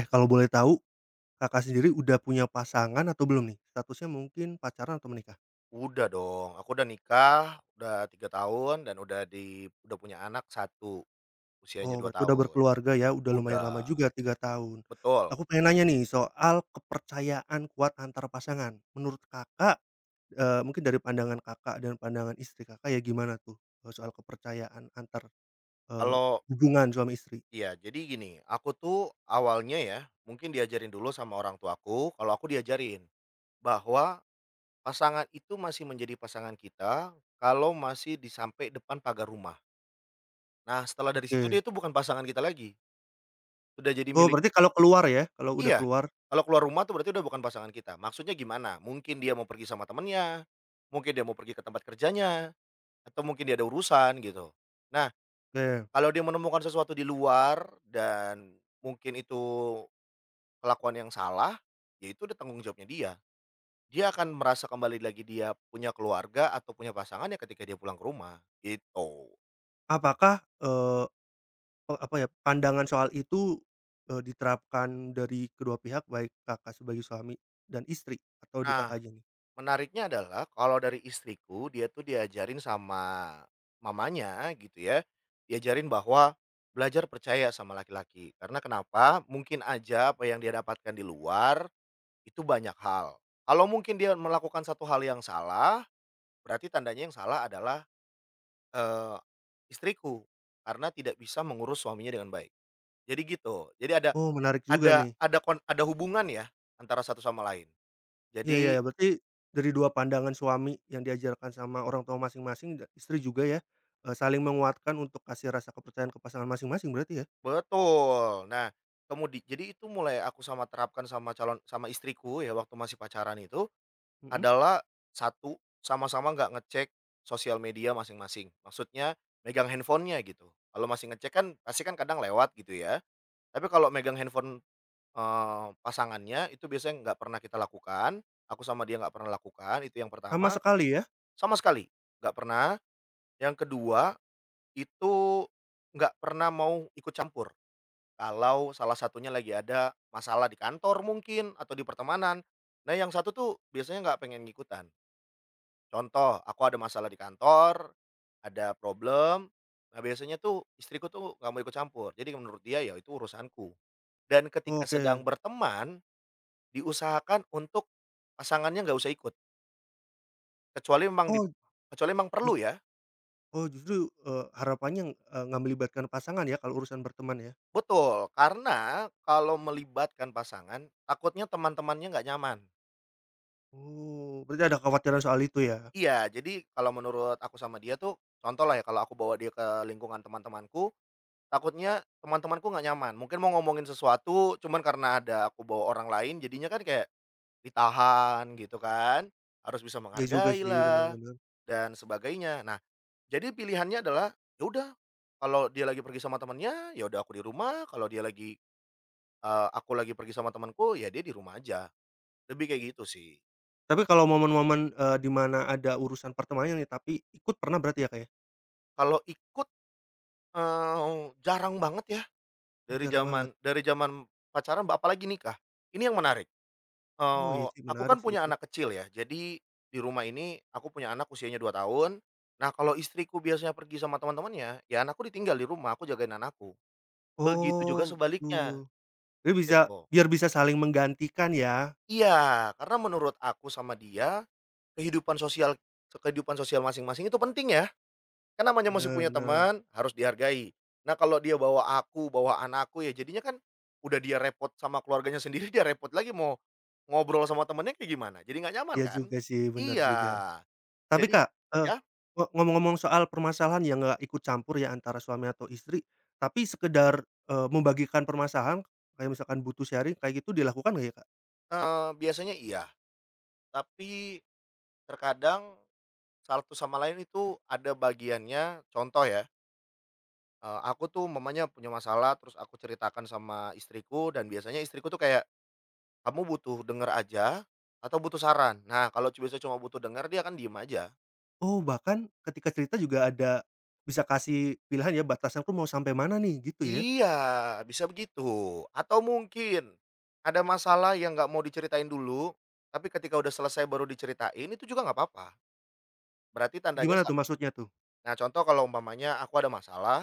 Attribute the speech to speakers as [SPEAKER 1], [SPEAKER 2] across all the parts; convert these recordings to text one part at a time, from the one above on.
[SPEAKER 1] Eh, kalau boleh tahu, Kakak sendiri udah punya pasangan atau belum nih? Statusnya mungkin pacaran atau menikah?
[SPEAKER 2] Udah dong, aku udah nikah, udah 3 tahun dan udah punya anak satu usianya
[SPEAKER 1] Oh,
[SPEAKER 2] 2
[SPEAKER 1] berarti udah
[SPEAKER 2] tahun.
[SPEAKER 1] berkeluarga ya, udah lumayan
[SPEAKER 2] Udah,
[SPEAKER 1] lama juga 3 tahun.
[SPEAKER 2] betul.
[SPEAKER 1] Aku pengen nanya nih soal kepercayaan kuat antar pasangan. Menurut Kakak, mungkin dari pandangan Kakak dan pandangan istri Kakak ya gimana tuh, soal kepercayaan antar, eee,
[SPEAKER 2] Kalau
[SPEAKER 1] hubungan suami istri?
[SPEAKER 2] iya, jadi gini, aku tuh awalnya ya, mungkin diajarin dulu sama orang tuaku, kalau aku diajarin bahwa pasangan itu masih menjadi pasangan kita kalau masih di sampai depan pagar rumah. Nah, setelah dari situ
[SPEAKER 1] Oke.
[SPEAKER 2] dia itu bukan pasangan kita lagi, sudah jadi
[SPEAKER 1] Oh,
[SPEAKER 2] milik.
[SPEAKER 1] berarti kalau keluar ya, kalau udah
[SPEAKER 2] Iya,
[SPEAKER 1] keluar?
[SPEAKER 2] kalau keluar rumah tuh berarti udah bukan pasangan kita. Maksudnya gimana? Mungkin dia mau pergi sama temennya, mungkin dia mau pergi ke tempat kerjanya, atau mungkin dia ada urusan gitu. Nah,
[SPEAKER 1] Oke.
[SPEAKER 2] kalau dia menemukan sesuatu di luar dan mungkin itu kelakuan yang salah, ya itu udah tanggung jawabnya dia. Dia akan merasa kembali lagi dia punya keluarga atau punya pasangan ya ketika dia pulang ke rumah, gitu.
[SPEAKER 1] Apakah, eee Eee, apa ya, pandangan soal itu, diterapkan dari kedua pihak, baik Kakak sebagai suami dan istri atau di
[SPEAKER 2] Nah,
[SPEAKER 1] Kakak aja nih?
[SPEAKER 2] menariknya adalah kalau dari istriku, dia tuh diajarin sama mamanya gitu ya, diajarin bahwa belajar percaya sama laki-laki. Karena kenapa? Mungkin aja apa yang dia dapatkan di luar itu banyak hal. Kalau mungkin dia melakukan satu hal yang salah, berarti tandanya yang salah adalah, eee, istriku karena tidak bisa mengurus suaminya dengan baik. Jadi gitu. Jadi ada
[SPEAKER 1] Oh, menarik juga
[SPEAKER 2] ada
[SPEAKER 1] nih.
[SPEAKER 2] ada kon ada hubungan ya antara satu sama lain.
[SPEAKER 1] Iya iya
[SPEAKER 2] Jadi
[SPEAKER 1] iya, berarti dari dua pandangan suami yang diajarkan sama orang tua masing-masing dan istri juga ya, saling menguatkan untuk kasih rasa kepercayaan ke pasangan masing-masing berarti ya?
[SPEAKER 2] betul. Nah, jadi itu mulai aku terapkan sama istriku ya waktu masih pacaran itu
[SPEAKER 1] Mhm.
[SPEAKER 2] adalah satu, sama-sama nggak ngecek sosial media masing-masing. Maksudnya megang handphonenya gitu. Kalau masih ngecek kan pasti kan kadang lewat gitu ya. Tapi kalau megang handphone, pasangannya itu biasanya nggak pernah kita lakukan, aku sama dia nggak pernah lakukan, itu yang
[SPEAKER 1] Sama
[SPEAKER 2] pertama,
[SPEAKER 1] sekali ya?
[SPEAKER 2] sama sekali nggak pernah. Yang kedua, itu nggak pernah mau ikut campur. Kalau salah satunya lagi ada masalah di kantor mungkin atau di pertemanan. Nah, yang satu tuh biasanya nggak pengen ngikutan. Contoh, aku ada masalah di kantor, ada problem. Nah, biasanya tuh istriku tuh nggak mau ikut campur. Jadi menurut dia ya itu urusanku. Dan ketika sedang
[SPEAKER 1] Oke.
[SPEAKER 2] berteman, diusahakan untuk pasangannya nggak usah ikut. Kecuali memang di
[SPEAKER 1] Oh,
[SPEAKER 2] Kecuali memang
[SPEAKER 1] ju
[SPEAKER 2] perlu ya.
[SPEAKER 1] oh justru, harapannya, nggak melibatkan pasangan ya kalau urusan berteman ya?
[SPEAKER 2] Betul, karena kalau melibatkan pasangan, takutnya teman-temannya nggak nyaman.
[SPEAKER 1] Oh, berarti ada kekhawatiran soal itu ya?
[SPEAKER 2] Iya, jadi kalau menurut aku sama dia tuh, contoh lah ya kalau aku bawa dia ke lingkungan teman-temanku, takutnya teman-temanku nggak nyaman. Mungkin mau ngomongin sesuatu, cuman karena ada aku bawa orang lain jadinya kan kayak ditahan gitu kan. Harus bisa
[SPEAKER 1] Ya juga sih,
[SPEAKER 2] menghargailah
[SPEAKER 1] benar-benar.
[SPEAKER 2] dan sebagainya. Nah, jadi pilihannya adalah ya udah kalau dia lagi pergi sama temannya, ya udah aku di rumah, kalau dia lagi aku lagi pergi sama temanku, ya dia di rumah aja. Lebih kayak gitu sih.
[SPEAKER 1] Tapi kalau momen-momen, di mana ada urusan pertemanan nih, tapi ikut pernah berarti ya, Kak, ya?
[SPEAKER 2] Kalau ikut, jarang banget ya.
[SPEAKER 1] Oh,
[SPEAKER 2] Dari
[SPEAKER 1] jarang banget.
[SPEAKER 2] zaman dari zaman pacaran apalagi nikah. Ini yang menarik,
[SPEAKER 1] Oh, iya sih
[SPEAKER 2] aku
[SPEAKER 1] menarik
[SPEAKER 2] kan
[SPEAKER 1] sih
[SPEAKER 2] punya
[SPEAKER 1] itu.
[SPEAKER 2] anak kecil ya, jadi di rumah ini aku punya anak usianya 2 tahun. Nah, kalau istriku biasanya pergi sama teman-temannya, ya anakku ditinggal di rumah, aku jagain anakku. Begitu juga
[SPEAKER 1] Oh,
[SPEAKER 2] sebaliknya,
[SPEAKER 1] betul. Jadi
[SPEAKER 2] gitu.
[SPEAKER 1] biar bisa saling menggantikan ya.
[SPEAKER 2] Iya, karena menurut aku sama dia, kehidupan sosial kehidupan sosial masing-masing itu penting ya. Kan namanya masih
[SPEAKER 1] Bener
[SPEAKER 2] punya
[SPEAKER 1] bener.
[SPEAKER 2] teman, harus dihargai. Nah, kalau dia bawa aku, bawa anakku, ya jadinya kan udah dia repot sama keluarganya sendiri, dia repot lagi mau ngobrol sama temennya kayak gimana, jadi nggak nyaman
[SPEAKER 1] Iya
[SPEAKER 2] kan?
[SPEAKER 1] juga sih, bener
[SPEAKER 2] Iya.
[SPEAKER 1] juga. Tapi,
[SPEAKER 2] Jadi
[SPEAKER 1] Kak, eee,
[SPEAKER 2] ya,
[SPEAKER 1] ngomong-ngomong soal permasalahan yang nggak ikut campur ya antara suami atau istri, tapi sekedar, membagikan permasalahan kayak misalkan butuh sharing kayak gitu dilakukan nggak ya, Kak?
[SPEAKER 2] heeh, biasanya iya, tapi terkadang satu sama lain itu ada bagiannya contoh ya, aku tuh mamanya punya masalah, terus aku ceritakan sama istriku dan biasanya istriku tuh kayak, "Kamu butuh denger aja atau butuh saran?" Nah, kalau biasanya cuma butuh denger dia kan diem aja.
[SPEAKER 1] Oh, bahkan ketika cerita juga bisa kasih pilihan ya, batasan tuh mau sampai mana nih, gitu ya?
[SPEAKER 2] Iya, bisa begitu. Atau mungkin ada masalah yang nggak mau diceritain dulu, tapi ketika udah selesai baru diceritain itu juga nggak apa-apa. Berarti tandanya
[SPEAKER 1] Gimana
[SPEAKER 2] sa
[SPEAKER 1] tuh maksudnya tuh?
[SPEAKER 2] Nah contoh kalau umpamanya aku ada masalah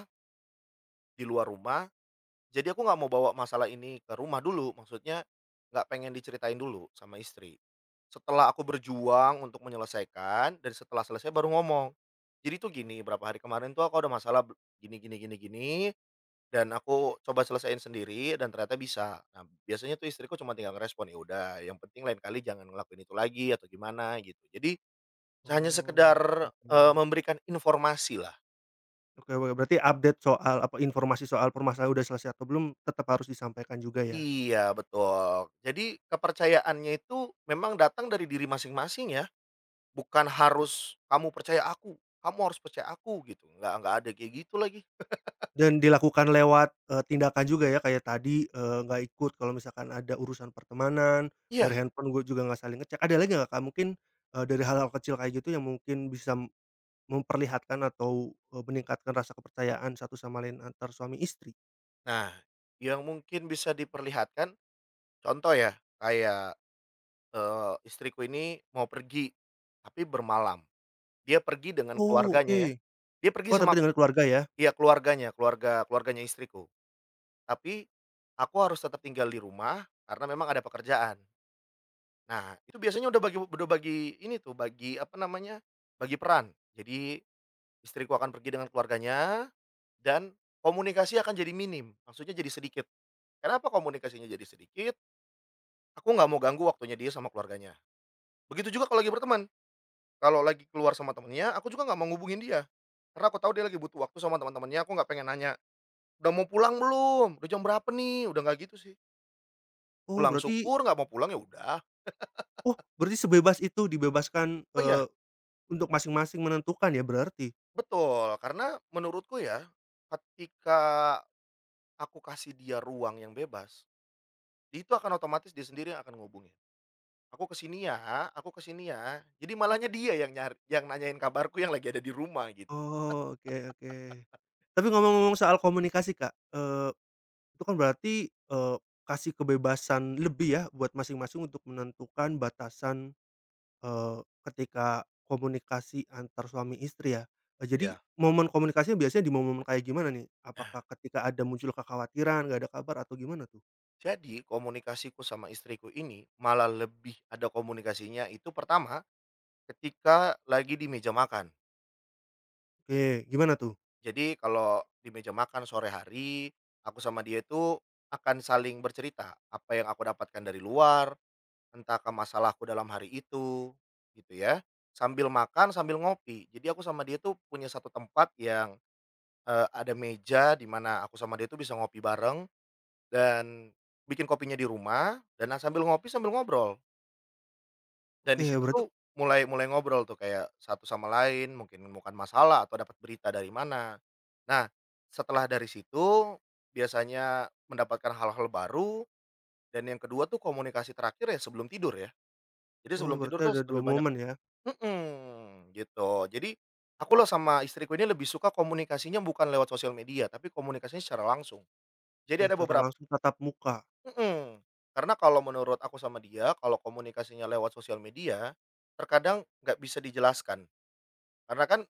[SPEAKER 2] di luar rumah, jadi aku nggak mau bawa masalah ini ke rumah dulu, maksudnya nggak pengen diceritain dulu sama istri. Setelah aku berjuang untuk menyelesaikan dan setelah selesai baru ngomong. Jadi tuh gini, berapa hari kemarin tuh aku ada masalah gini gini gini gini, dan aku coba selesaiin sendiri dan ternyata bisa. Nah, biasanya tuh istriku cuma tinggal ngerespon, "Ya udah, yang penting lain kali jangan ngelakuin itu lagi," atau gimana gitu. Jadi hanya sekedar,
[SPEAKER 1] Oh, oke.
[SPEAKER 2] memberikan informasi lah.
[SPEAKER 1] Oke oke, berarti update soal apa, informasi soal permasalahan udah selesai atau belum, tetap harus disampaikan juga ya?
[SPEAKER 2] Iya, betul. Jadi kepercayaannya itu memang datang dari diri masing-masing ya. Bukan harus, "Kamu percaya aku, kamu harus percaya aku," gitu, nggak ada kayak gitu lagi.
[SPEAKER 1] Dan dilakukan lewat, tindakan juga ya, kayak tadi, nggak ikut kalau misalkan ada urusan pertemanan,
[SPEAKER 2] Iya,
[SPEAKER 1] dari handphone gue juga nggak saling ngecek. Ada lagi nggak Kak, mungkin, dari hal-hal kecil kayak gitu yang mungkin bisa memperlihatkan atau, meningkatkan rasa kepercayaan satu sama lain antar suami istri?
[SPEAKER 2] nah, yang mungkin bisa diperlihatkan, contoh ya, kayak, istriku ini mau pergi, tapi bermalam. Dia pergi dengan
[SPEAKER 1] Oh, oke.
[SPEAKER 2] keluarganya ya, dia pergi
[SPEAKER 1] Oh, tapi
[SPEAKER 2] sama
[SPEAKER 1] dengan keluarga ya?
[SPEAKER 2] iya keluarganya, keluarga keluarganya istriku. Tapi, aku harus tetap tinggal di rumah, karena memang ada pekerjaan. Nah, itu biasanya udah bagi ini tuh, bagi apa namanya, bagi peran. Jadi istriku akan pergi dengan keluarganya, dan komunikasi akan jadi minim, maksudnya jadi sedikit. Kenapa komunikasinya jadi sedikit? Aku nggak mau ganggu waktunya dia sama keluarganya. Begitu juga kalau lagi berteman, kalau lagi keluar sama temennya, aku juga nggak mau ngubungin dia, karena aku tahu dia lagi butuh waktu sama teman-temannya, aku nggak pengen nanya, "Udah mau pulang belum? Udah jam berapa nih?" Udah nggak gitu sih.
[SPEAKER 1] Oh,
[SPEAKER 2] Pulang
[SPEAKER 1] berarti
[SPEAKER 2] syukur, nggak mau pulang ya udah.
[SPEAKER 1] oh, berarti sebebas itu dibebaskan,
[SPEAKER 2] Oh iya,
[SPEAKER 1] untuk masing-masing menentukan ya berarti?
[SPEAKER 2] betul, karena menurutku ya, ketika aku kasih dia ruang yang bebas, itu akan otomatis dia sendiri yang akan ngubungin. Aku kesini ya aku kesini ya. Jadi malahnya dia yang nyari yang nanyain kabarku yang lagi ada di rumah gitu.
[SPEAKER 1] Oh, oke oke. Tapi ngomong-ngomong soal komunikasi, Kak, itu kan berarti, kasih kebebasan lebih ya buat masing-masing untuk menentukan batasan. Ketika komunikasi antar suami istri ya, jadi
[SPEAKER 2] Ya.
[SPEAKER 1] momen komunikasinya biasanya di momen kayak gimana nih? Apakah ketika ada muncul kekhawatiran, nggak ada kabar atau gimana tuh?
[SPEAKER 2] Jadi komunikasiku sama istriku ini malah lebih ada komunikasinya itu pertama ketika lagi di meja makan.
[SPEAKER 1] Oke, gimana tuh?
[SPEAKER 2] Jadi kalau di meja makan sore hari, aku sama dia itu akan saling bercerita apa yang aku dapatkan dari luar, entah ke masalahku dalam hari itu gitu ya. Sambil makan, sambil ngopi. Jadi aku sama dia tuh punya satu tempat yang, ada meja di mana aku sama dia tuh bisa ngopi bareng dan bikin kopinya di rumah dan sambil ngopi sambil ngobrol. Dan
[SPEAKER 1] Oke,
[SPEAKER 2] di situ
[SPEAKER 1] berarti
[SPEAKER 2] tuh mulai mulai ngobrol tuh kayak satu sama lain, mungkin menemukan masalah atau dapat berita dari mana. Nah, setelah dari situ biasanya mendapatkan hal-hal baru dan yang kedua tuh komunikasi terakhir ya sebelum tidur ya. Jadi
[SPEAKER 1] oh
[SPEAKER 2] sebelum tidur
[SPEAKER 1] berarti
[SPEAKER 2] tuh
[SPEAKER 1] ada 2
[SPEAKER 2] lebih banyak
[SPEAKER 1] momen ya?
[SPEAKER 2] mhm, gitu. Jadi aku loh sama istriku ini lebih suka komunikasinya bukan lewat sosial media, tapi komunikasinya secara langsung.
[SPEAKER 1] Oke,
[SPEAKER 2] Jadi ada
[SPEAKER 1] secara
[SPEAKER 2] beberap
[SPEAKER 1] langsung tatap muka.
[SPEAKER 2] Mhm, karena kalau menurut aku sama dia, kalau komunikasinya lewat sosial media, terkadang nggak bisa dijelaskan. Karena kan,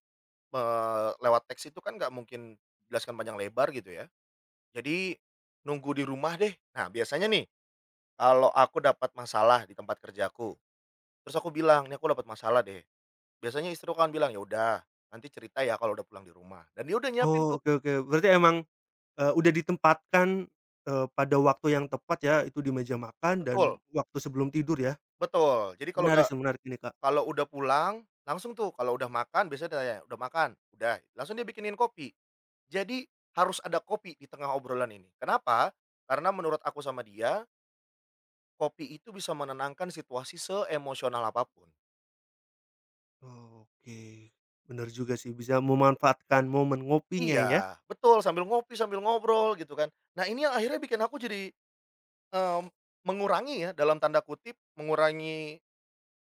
[SPEAKER 2] lewat teks itu kan nggak mungkin jelaskan panjang lebar gitu ya. Jadi nunggu di rumah deh. Nah, biasanya nih kalau aku dapat masalah di tempat kerjaku, terus aku bilang, "Nih aku dapat masalah deh." Biasanya istriku kan bilang, "Ya udah, nanti cerita ya kalau udah pulang di rumah." Dan dia udah nyiapin
[SPEAKER 1] Oh,
[SPEAKER 2] tuh
[SPEAKER 1] oke oke, berarti emang, udah ditempatkan, pada waktu yang tepat ya, itu di meja makan dan
[SPEAKER 2] betul
[SPEAKER 1] waktu sebelum tidur ya?
[SPEAKER 2] betul. Jadi kalau
[SPEAKER 1] Menarik
[SPEAKER 2] udah
[SPEAKER 1] sih, menarik ini, Kak.
[SPEAKER 2] Kalau udah pulang, langsung tuh kalau udah makan biasanya tanya, "Udah makan?" "Udah." Langsung dia bikinin kopi. Jadi harus ada kopi di tengah obrolan ini. Kenapa? Karena menurut aku sama dia, kopi itu bisa menenangkan situasi seemosional apapun.
[SPEAKER 1] Oke, bener juga sih, bisa memanfaatkan momen ngopinya ya?
[SPEAKER 2] Iya, betul sambil ngopi, sambil ngobrol gitu kan. Nah ini yang akhirnya bikin aku jadi, mmm, mengurangi ya dalam tanda kutip, mengurangi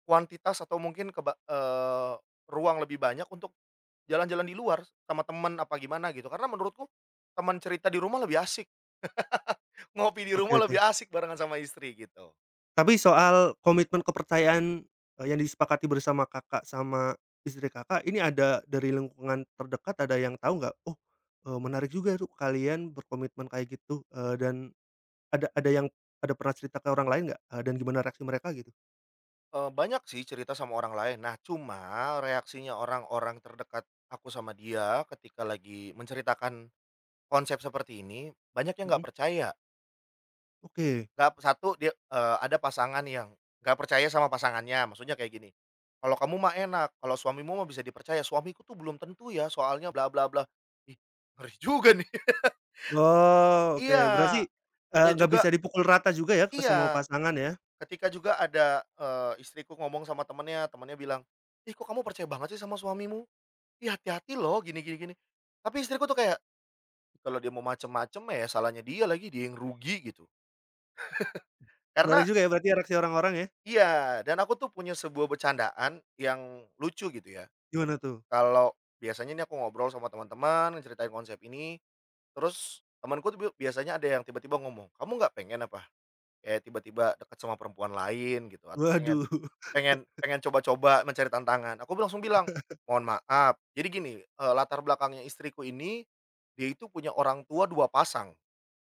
[SPEAKER 2] kuantitas atau mungkin ruang lebih banyak untuk jalan-jalan di luar sama temen apa gimana gitu, karena menurutku teman cerita di rumah lebih asik, ngopi di
[SPEAKER 1] Oke
[SPEAKER 2] rumah
[SPEAKER 1] oke.
[SPEAKER 2] lebih asik barengan sama istri gitu.
[SPEAKER 1] Tapi soal komitmen kepercayaan, yang disepakati bersama Kakak sama istri Kakak, ini ada dari lingkungan terdekat ada yang tahu nggak? "Oh, menarik juga tuh kalian berkomitmen kayak gitu," dan ada yang pernah cerita ke orang lain nggak? Dan gimana reaksi mereka gitu?
[SPEAKER 2] Banyak sih cerita sama orang lain. Nah, cuma reaksinya orang-orang terdekat aku sama dia ketika lagi menceritakan konsep seperti ini, banyak yang
[SPEAKER 1] Mhm,
[SPEAKER 2] nggak percaya.
[SPEAKER 1] oke.
[SPEAKER 2] Nggak satu dia eee, ada pasangan yang nggak percaya sama pasangannya, maksudnya kayak gini, "Kalau kamu mah enak, kalau suamimu mah bisa dipercaya, suamiku tuh belum tentu ya soalnya bla bla bla." Ih, ngeri juga nih.
[SPEAKER 1] Oh, oke.
[SPEAKER 2] Iya,
[SPEAKER 1] Berarti,
[SPEAKER 2] ada
[SPEAKER 1] nggak bisa
[SPEAKER 2] juga
[SPEAKER 1] dipukul rata juga ya ke semua
[SPEAKER 2] iya,
[SPEAKER 1] pasangan ya?
[SPEAKER 2] ketika juga ada, istriku ngomong sama temennya, temennya bilang, "Ih, kok kamu percaya banget sih sama suamimu? Ih, hati-hati loh gini gini gini." Tapi istriku tuh kayak, kalau dia mau macem-macem ya salahnya dia lagi, dia yang rugi gitu.
[SPEAKER 1] Menarik
[SPEAKER 2] Karena
[SPEAKER 1] juga ya berarti reaksi orang-orang ya?
[SPEAKER 2] iya, dan aku tuh punya sebuah bercandaan yang lucu gitu ya.
[SPEAKER 1] Gimana tuh?
[SPEAKER 2] Kalau biasanya nih aku ngobrol sama teman-teman, ceritain konsep ini, terus temanku tuh biasanya ada yang tiba-tiba ngomong, "Kamu nggak pengen apa, kayak tiba-tiba deket sama perempuan lain gitu atau pengen
[SPEAKER 1] Waduh.
[SPEAKER 2] pengen pengen coba-coba mencari tantangan." Aku langsung bilang, "Mohon maaf." Jadi gini, latar belakangnya istriku ini, dia itu punya orang tua 2 pasang,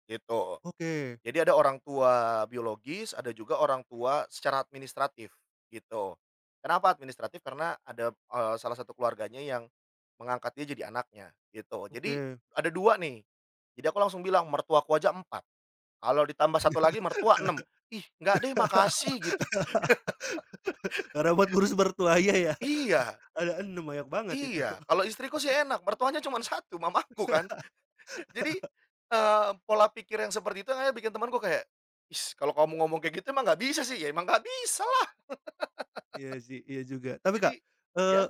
[SPEAKER 2] gitu.
[SPEAKER 1] Oke
[SPEAKER 2] Jadi ada orang tua biologis, ada juga orang tua secara administratif, gitu. Kenapa administratif? Karena ada, salah satu keluarganya yang mengangkat dia jadi anaknya, gitu. Jadi
[SPEAKER 1] oke.
[SPEAKER 2] ada 2 nih. Jadi aku langsung bilang, "Mertuaku aja empat, kalau ditambah satu lagi mertua enam, ih, nggak deh, makasih." Gitu.
[SPEAKER 1] Karena buat ngurus mertuanya ya?
[SPEAKER 2] Iya.
[SPEAKER 1] Ada 6, banyak banget itu.
[SPEAKER 2] Iya, kalau istriku sih enak, mertuanya cuma satu mamaku kan. Jadi, pola pikir yang seperti itu yang akhirnya bikin temanku kayak, "Is kalau kamu ngomong kayak gitu emang nggak bisa sih?" "Ya emang nggak bisa lah."
[SPEAKER 1] Iya sih, iya juga. Tapi Kak,
[SPEAKER 2] Jadi
[SPEAKER 1] eee
[SPEAKER 2] ya?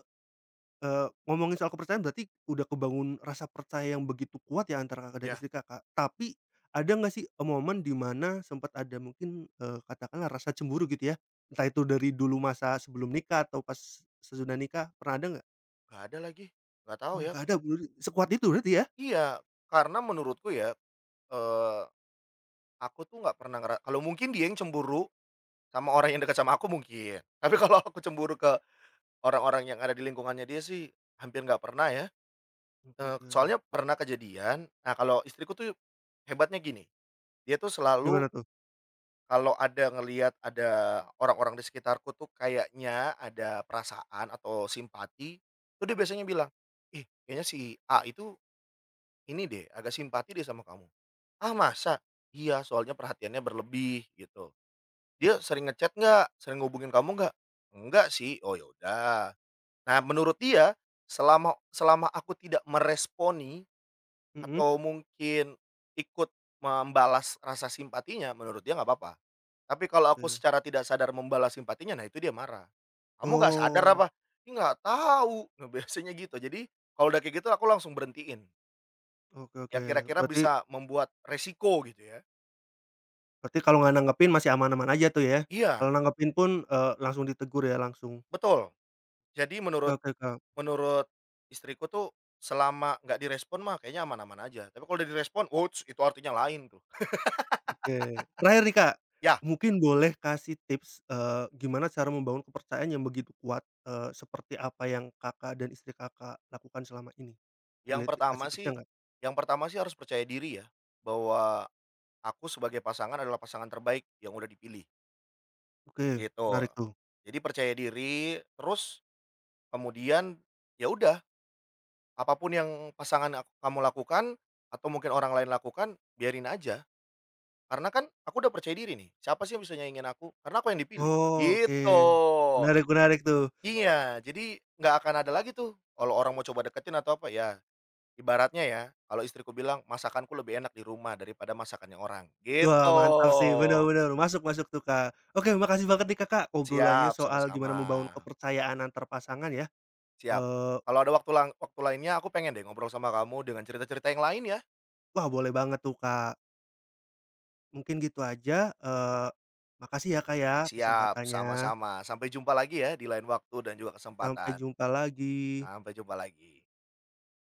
[SPEAKER 1] eee, ngomongin soal kepercayaan berarti udah kebangun rasa percaya yang begitu kuat ya antara Kakak dan
[SPEAKER 2] Ya,
[SPEAKER 1] istri Kakak. Tapi ada nggak sih, momen di mana sempat ada mungkin, katakanlah rasa cemburu gitu ya? Entah itu dari dulu masa sebelum nikah atau pas sesudah nikah, pernah ada nggak?
[SPEAKER 2] nggak ada lagi, nggak tahu
[SPEAKER 1] Oh
[SPEAKER 2] ya.
[SPEAKER 1] nggak ada berarti, sekuat itu berarti ya?
[SPEAKER 2] Iya, karena menurutku ya, eee, aku tuh nggak pernah ngera kalau mungkin dia yang cemburu sama orang yang dekat sama aku mungkin, tapi kalau aku cemburu ke orang-orang yang ada di lingkungannya dia sih hampir nggak pernah ya.
[SPEAKER 1] Oke oke.
[SPEAKER 2] Soalnya pernah kejadian, nah kalau istriku tuh hebatnya gini. Dia tuh selalu
[SPEAKER 1] Gimana tuh?
[SPEAKER 2] kalau ada ngelihat ada orang-orang di sekitarku tuh kayaknya ada perasaan atau simpati, tuh dia biasanya bilang, "Ih, kayaknya si A itu ini deh, agak simpati deh sama kamu." "Ah, masa?" "Iya, soalnya perhatiannya berlebih," gitu. "Dia sering ngechat nggak? Sering ngubungin kamu nggak?" "Enggak sih." "Oh, ya udah." Nah, menurut dia selama selama aku tidak meresponi
[SPEAKER 1] Mhm,
[SPEAKER 2] atau mungkin ikut membalas rasa simpatinya, menurut dia nggak apa-apa. Tapi kalau aku
[SPEAKER 1] oke.
[SPEAKER 2] secara tidak sadar membalas simpatinya, nah itu dia marah. "Kamu nggak sadar
[SPEAKER 1] Oh,
[SPEAKER 2] apa?" "Ih, nggak tahu." Nah, biasanya gitu. Jadi, kalau udah kayak gitu aku langsung berhentiin,
[SPEAKER 1] oke oke.
[SPEAKER 2] yang kira-kira
[SPEAKER 1] Berarti
[SPEAKER 2] bisa membuat resiko gitu ya.
[SPEAKER 1] Berarti kalau nggak nanggepin masih aman-aman aja tuh ya?
[SPEAKER 2] Iya,
[SPEAKER 1] Kalau nanggepin pun, langsung ditegur ya langsung?
[SPEAKER 2] betul. Jadi
[SPEAKER 1] Oke
[SPEAKER 2] menurut
[SPEAKER 1] oke, Kak.
[SPEAKER 2] menurut istriku tuh selama nggak direspon mah kayaknya aman-aman aja, tapi kalau udah direspon, wuts itu artinya lain tuh.
[SPEAKER 1] Oke. Terakhir nih, Kak,
[SPEAKER 2] Ya,
[SPEAKER 1] mungkin boleh kasih tips, gimana cara membangun kepercayaan yang begitu kuat, seperti apa yang Kakak dan istri Kakak lakukan selama ini?
[SPEAKER 2] yang
[SPEAKER 1] Boleh
[SPEAKER 2] pertama
[SPEAKER 1] kasih
[SPEAKER 2] sih
[SPEAKER 1] tipsnya nggak?
[SPEAKER 2] yang pertama sih harus percaya diri ya, bahwa aku sebagai pasangan adalah pasangan terbaik yang udah dipilih.
[SPEAKER 1] Oke,
[SPEAKER 2] Gitu.
[SPEAKER 1] menarik tuh.
[SPEAKER 2] Jadi percaya diri, terus kemudian ya udah, apapun yang pasangan kamu lakukan atau mungkin orang lain lakukan, biarin aja. Karena kan aku udah percaya diri nih, siapa sih yang bisa nyaingin aku? Karena aku yang dipilih,
[SPEAKER 1] Oh, oke.
[SPEAKER 2] gitu.
[SPEAKER 1] Menarik menarik tuh.
[SPEAKER 2] Iya, jadi nggak akan ada lagi tuh kalau orang mau coba deketin atau apa, ya ibaratnya ya, kalau istriku bilang, "Masakanku lebih enak di rumah daripada masakannya orang." Gitu.
[SPEAKER 1] Wah, mantap sih, bener bener, masuk masuk tuh, Kak. Oke, makasih banget nih, Kakak, obrolannya
[SPEAKER 2] Siap,
[SPEAKER 1] soal gimana
[SPEAKER 2] sama-sama.
[SPEAKER 1] membangun kepercayaan antar pasangan ya,
[SPEAKER 2] Siap.
[SPEAKER 1] eee
[SPEAKER 2] Kalau ada waktu lainnya aku pengen deh ngobrol sama kamu dengan cerita-cerita yang lain ya.
[SPEAKER 1] Wah, boleh banget tuh, Kak. Mungkin gitu aja, makasih ya, Kak, ya
[SPEAKER 2] Siap,
[SPEAKER 1] kesempatannya.
[SPEAKER 2] sama-sama. Sampai jumpa lagi ya di lain waktu dan juga
[SPEAKER 1] Sampai
[SPEAKER 2] kesempatan.
[SPEAKER 1] jumpa lagi.
[SPEAKER 2] Sampai jumpa lagi.